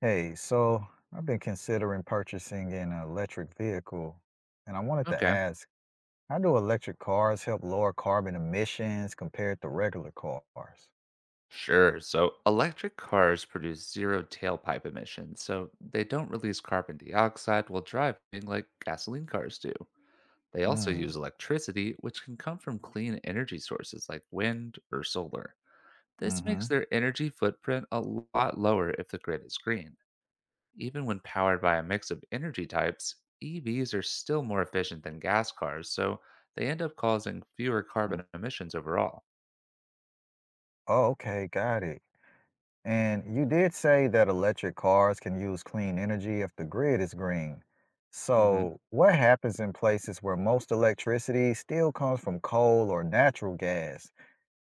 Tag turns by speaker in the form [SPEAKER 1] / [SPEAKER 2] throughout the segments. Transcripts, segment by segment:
[SPEAKER 1] Hey, so I've been considering purchasing an electric vehicle, and I wanted to
[SPEAKER 2] Okay.
[SPEAKER 1] ask, how do electric cars help lower carbon emissions compared to regular cars?
[SPEAKER 2] Sure. So electric cars produce zero tailpipe emissions, so they don't release carbon dioxide while driving like gasoline cars do. They also
[SPEAKER 1] Mm,
[SPEAKER 2] use electricity, which can come from clean energy sources like wind or solar. This
[SPEAKER 1] mm-hmm.
[SPEAKER 2] makes their energy footprint a lot lower if the grid is green. Even when powered by a mix of energy types, EVs are still more efficient than gas cars, so they end up causing fewer
[SPEAKER 1] Mm.
[SPEAKER 2] carbon emissions overall.
[SPEAKER 1] Oh, okay, got it. And you did say that electric cars can use clean energy if the grid is green. So, what happens in places where most electricity still comes from coal or natural gas?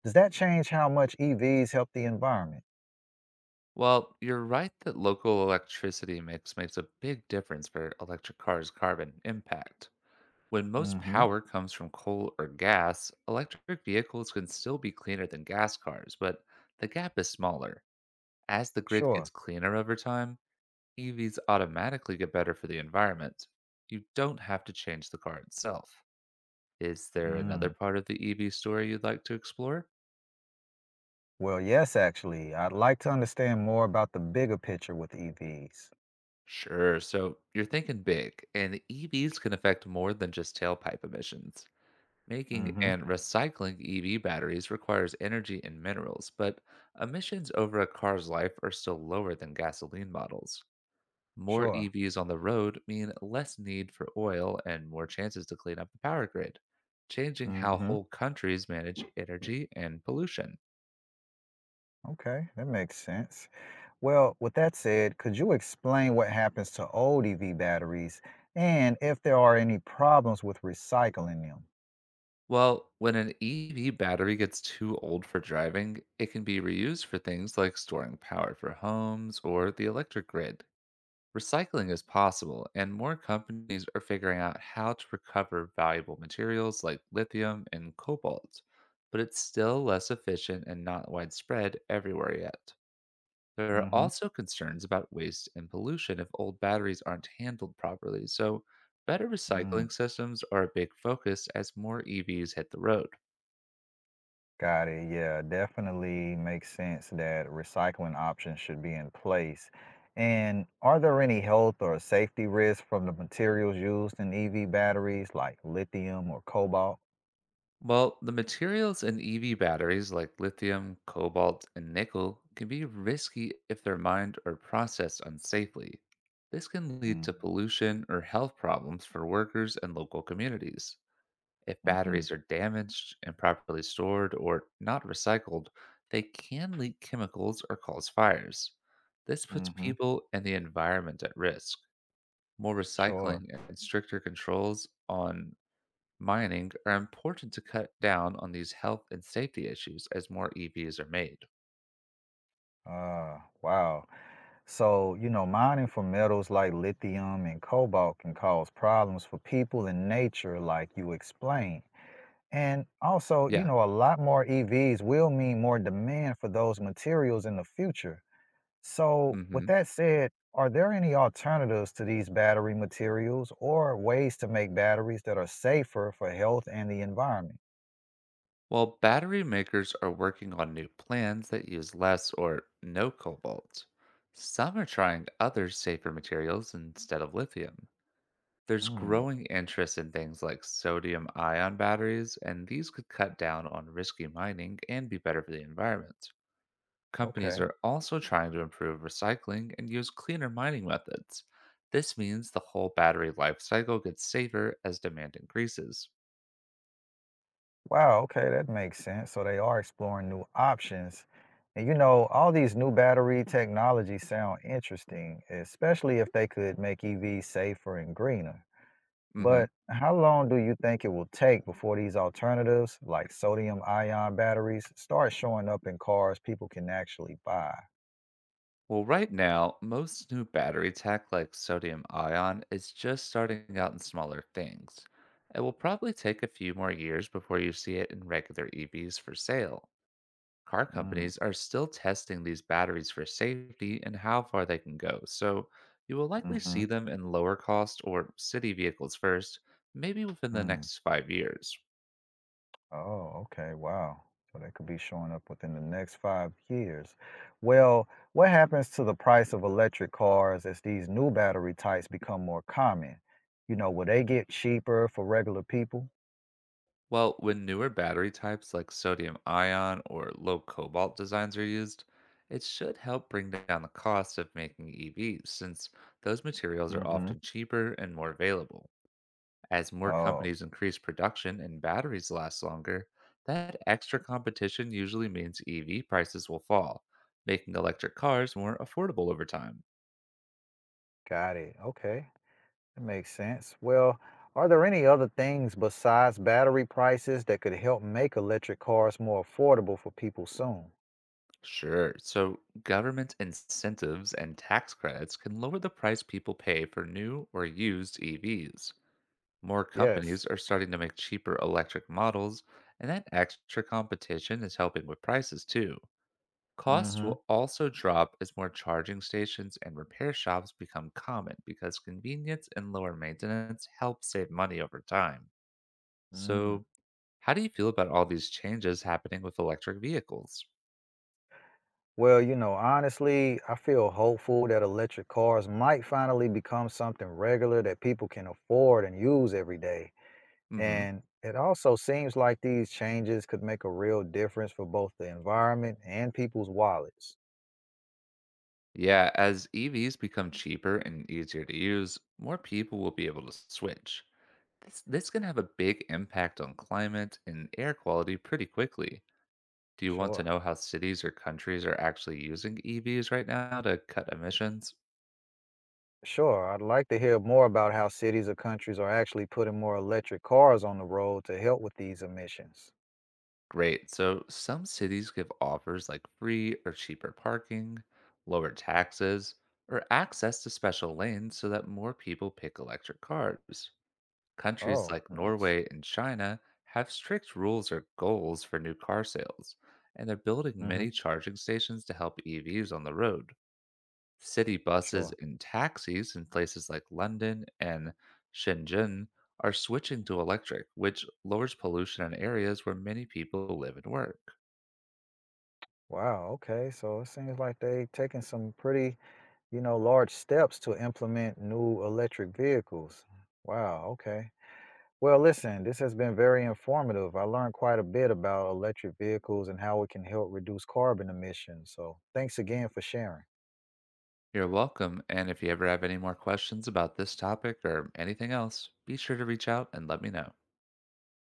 [SPEAKER 1] Does that change how much EVs help the environment?
[SPEAKER 2] Well, you're right that local electricity mix makes a big difference for electric cars' carbon impact. When most
[SPEAKER 1] Mm-hmm.
[SPEAKER 2] power comes from coal or gas, electric vehicles can still be cleaner than gas cars, but the gap is smaller. As the grid
[SPEAKER 1] Sure.
[SPEAKER 2] gets cleaner over time, EVs automatically get better for the environment. You don't have to change the car itself. Is there another
[SPEAKER 1] Mm.
[SPEAKER 2] part of the EV story you'd like to explore?
[SPEAKER 1] Well, yes, actually. I'd like to understand more about the bigger picture with EVs.
[SPEAKER 2] Sure. So you're thinking big, and EVs can affect more than just tailpipe emissions. Making
[SPEAKER 1] Mm-hmm.
[SPEAKER 2] and recycling EV batteries requires energy and minerals, but emissions over a car's life are still lower than gasoline models. More
[SPEAKER 1] Sure.
[SPEAKER 2] EVs on the road mean less need for oil and more chances to clean up the power grid, changing how
[SPEAKER 1] Mm-hmm.
[SPEAKER 2] whole countries manage energy and pollution.
[SPEAKER 1] Okay, that makes sense. Well, with that said, could you explain what happens to old EV batteries and if there are any problems with recycling them?
[SPEAKER 2] Well, when an EV battery gets too old for driving, it can be reused for things like storing power for homes or the electric grid. Recycling is possible, and more companies are figuring out how to recover valuable materials like lithium and cobalt, but it's still less efficient and not widespread everywhere yet. There are
[SPEAKER 1] Mm-hmm.
[SPEAKER 2] also concerns about waste and pollution if old batteries aren't handled properly, so better recycling systems are a big focus as more EVs hit the road.
[SPEAKER 1] Got it. Yeah, definitely makes sense that recycling options should be in place. And are there any health or safety risks from the materials used in EV batteries like lithium or cobalt?
[SPEAKER 2] Well, the materials in EV batteries like lithium, cobalt, and nickel can be risky if they're mined or processed unsafely. This can lead to
[SPEAKER 1] Mm-hmm.
[SPEAKER 2] pollution or health problems for workers and local communities. If
[SPEAKER 1] Mm-hmm.
[SPEAKER 2] batteries are damaged, improperly stored, or not recycled, they can leak chemicals or cause fires. This puts
[SPEAKER 1] Mm-hmm,
[SPEAKER 2] people and the environment at risk. More
[SPEAKER 1] sure.
[SPEAKER 2] recycling and stricter controls on mining are important to cut down on these health and safety issues as more EVs are made.
[SPEAKER 1] Wow. So, mining for metals like lithium and cobalt can cause problems for people and nature, like you explained. And also,
[SPEAKER 2] Yeah.
[SPEAKER 1] a lot more EVs will mean more demand for those materials in the future. So, with
[SPEAKER 2] Hmm.
[SPEAKER 1] that said, are there any alternatives to these battery materials or ways to make batteries that are safer for health and the environment?
[SPEAKER 2] Well, battery makers are working on new plans that use less or no cobalt. Some are trying other safer materials instead of lithium. There's
[SPEAKER 1] Mm,
[SPEAKER 2] growing interest in things like sodium ion batteries, and these could cut down on risky mining and be better for the environment. Companies
[SPEAKER 1] okay.
[SPEAKER 2] are also trying to improve recycling and use cleaner mining methods. This means the whole battery life cycle gets safer as demand increases.
[SPEAKER 1] Wow, okay, that makes sense. So, they are exploring new options. And all these new battery technologies sound interesting, especially if they could make EVs safer and greener.
[SPEAKER 2] Hmm.
[SPEAKER 1] But how long do you think it will take before these alternatives, like sodium ion batteries, start showing up in cars people can actually buy?
[SPEAKER 2] Well, right now, most new battery tech like sodium ion is just starting out in smaller things. It will probably take a few more years before you see it in regular EVs for sale. Car
[SPEAKER 1] Mm,
[SPEAKER 2] companies are still testing these batteries for safety and how far they can go, so you will likely
[SPEAKER 1] mm-hmm,
[SPEAKER 2] see them in lower cost or city vehicles first, maybe within the
[SPEAKER 1] mm.
[SPEAKER 2] next 5 years.
[SPEAKER 1] Oh, okay. Wow. So they could be showing up within the next 5 years. Well, what happens to the price of electric cars as these new battery types become more common? Will they get cheaper for regular people?
[SPEAKER 2] Well, when newer battery types like sodium ion or low cobalt designs are used, it should help bring down the cost of making EVs since those materials are
[SPEAKER 1] Mm-hmm.
[SPEAKER 2] often cheaper and more available. As more
[SPEAKER 1] Oh,
[SPEAKER 2] companies increase production and batteries last longer, that extra competition usually means EV prices will fall, making electric cars more affordable over time.
[SPEAKER 1] got it. Okay. That makes sense. Well, are there any other things besides battery prices that could help make electric cars more affordable for people soon?
[SPEAKER 2] Sure, so government incentives and tax credits can lower the price people pay for new or used EVs. More
[SPEAKER 1] Yes.
[SPEAKER 2] companies are starting to make cheaper electric models, and that extra competition is helping with prices too. Costs
[SPEAKER 1] Mm-hmm.
[SPEAKER 2] will also drop as more charging stations and repair shops become common because convenience and lower maintenance help save money over time.
[SPEAKER 1] Mm.
[SPEAKER 2] So, how do you feel about all these changes happening with electric vehicles?
[SPEAKER 1] Well, honestly, I feel hopeful that electric cars might finally become something regular that people can afford and use every day.
[SPEAKER 2] Hmm.
[SPEAKER 1] And it also seems like these changes could make a real difference for both the environment and people's wallets.
[SPEAKER 2] Yeah, as EVs become cheaper and easier to use, more people will be able to switch. This can have a big impact on climate and air quality pretty quickly. Do you want to
[SPEAKER 1] Sure.
[SPEAKER 2] know how cities or countries are actually using EVs right now to cut emissions?
[SPEAKER 1] Sure, I'd like to hear more about how cities or countries are actually putting more electric cars on the road to help with these emissions.
[SPEAKER 2] Great. So some cities give offers like free or cheaper parking, lower taxes, or access to special lanes so that more people pick electric cars. Countries
[SPEAKER 1] Oh,
[SPEAKER 2] like
[SPEAKER 1] nice.
[SPEAKER 2] Norway and China have strict rules or goals for new car sales, and they're building
[SPEAKER 1] Hmm.
[SPEAKER 2] many charging stations to help EVs on the road. City
[SPEAKER 1] Sure.
[SPEAKER 2] buses and taxis in places like London and Shenzhen are switching to electric, which lowers pollution in areas where many people live and work.
[SPEAKER 1] Wow, okay. So it seems like they taking some pretty, large steps to implement new electric vehicles. Wow, okay. Well, listen, this has been very informative. I learned quite a bit about electric vehicles and how it can help reduce carbon emissions. So thanks again for sharing.
[SPEAKER 2] You're welcome. And if you ever have any more questions about this topic or anything else, be sure to reach out and let me know.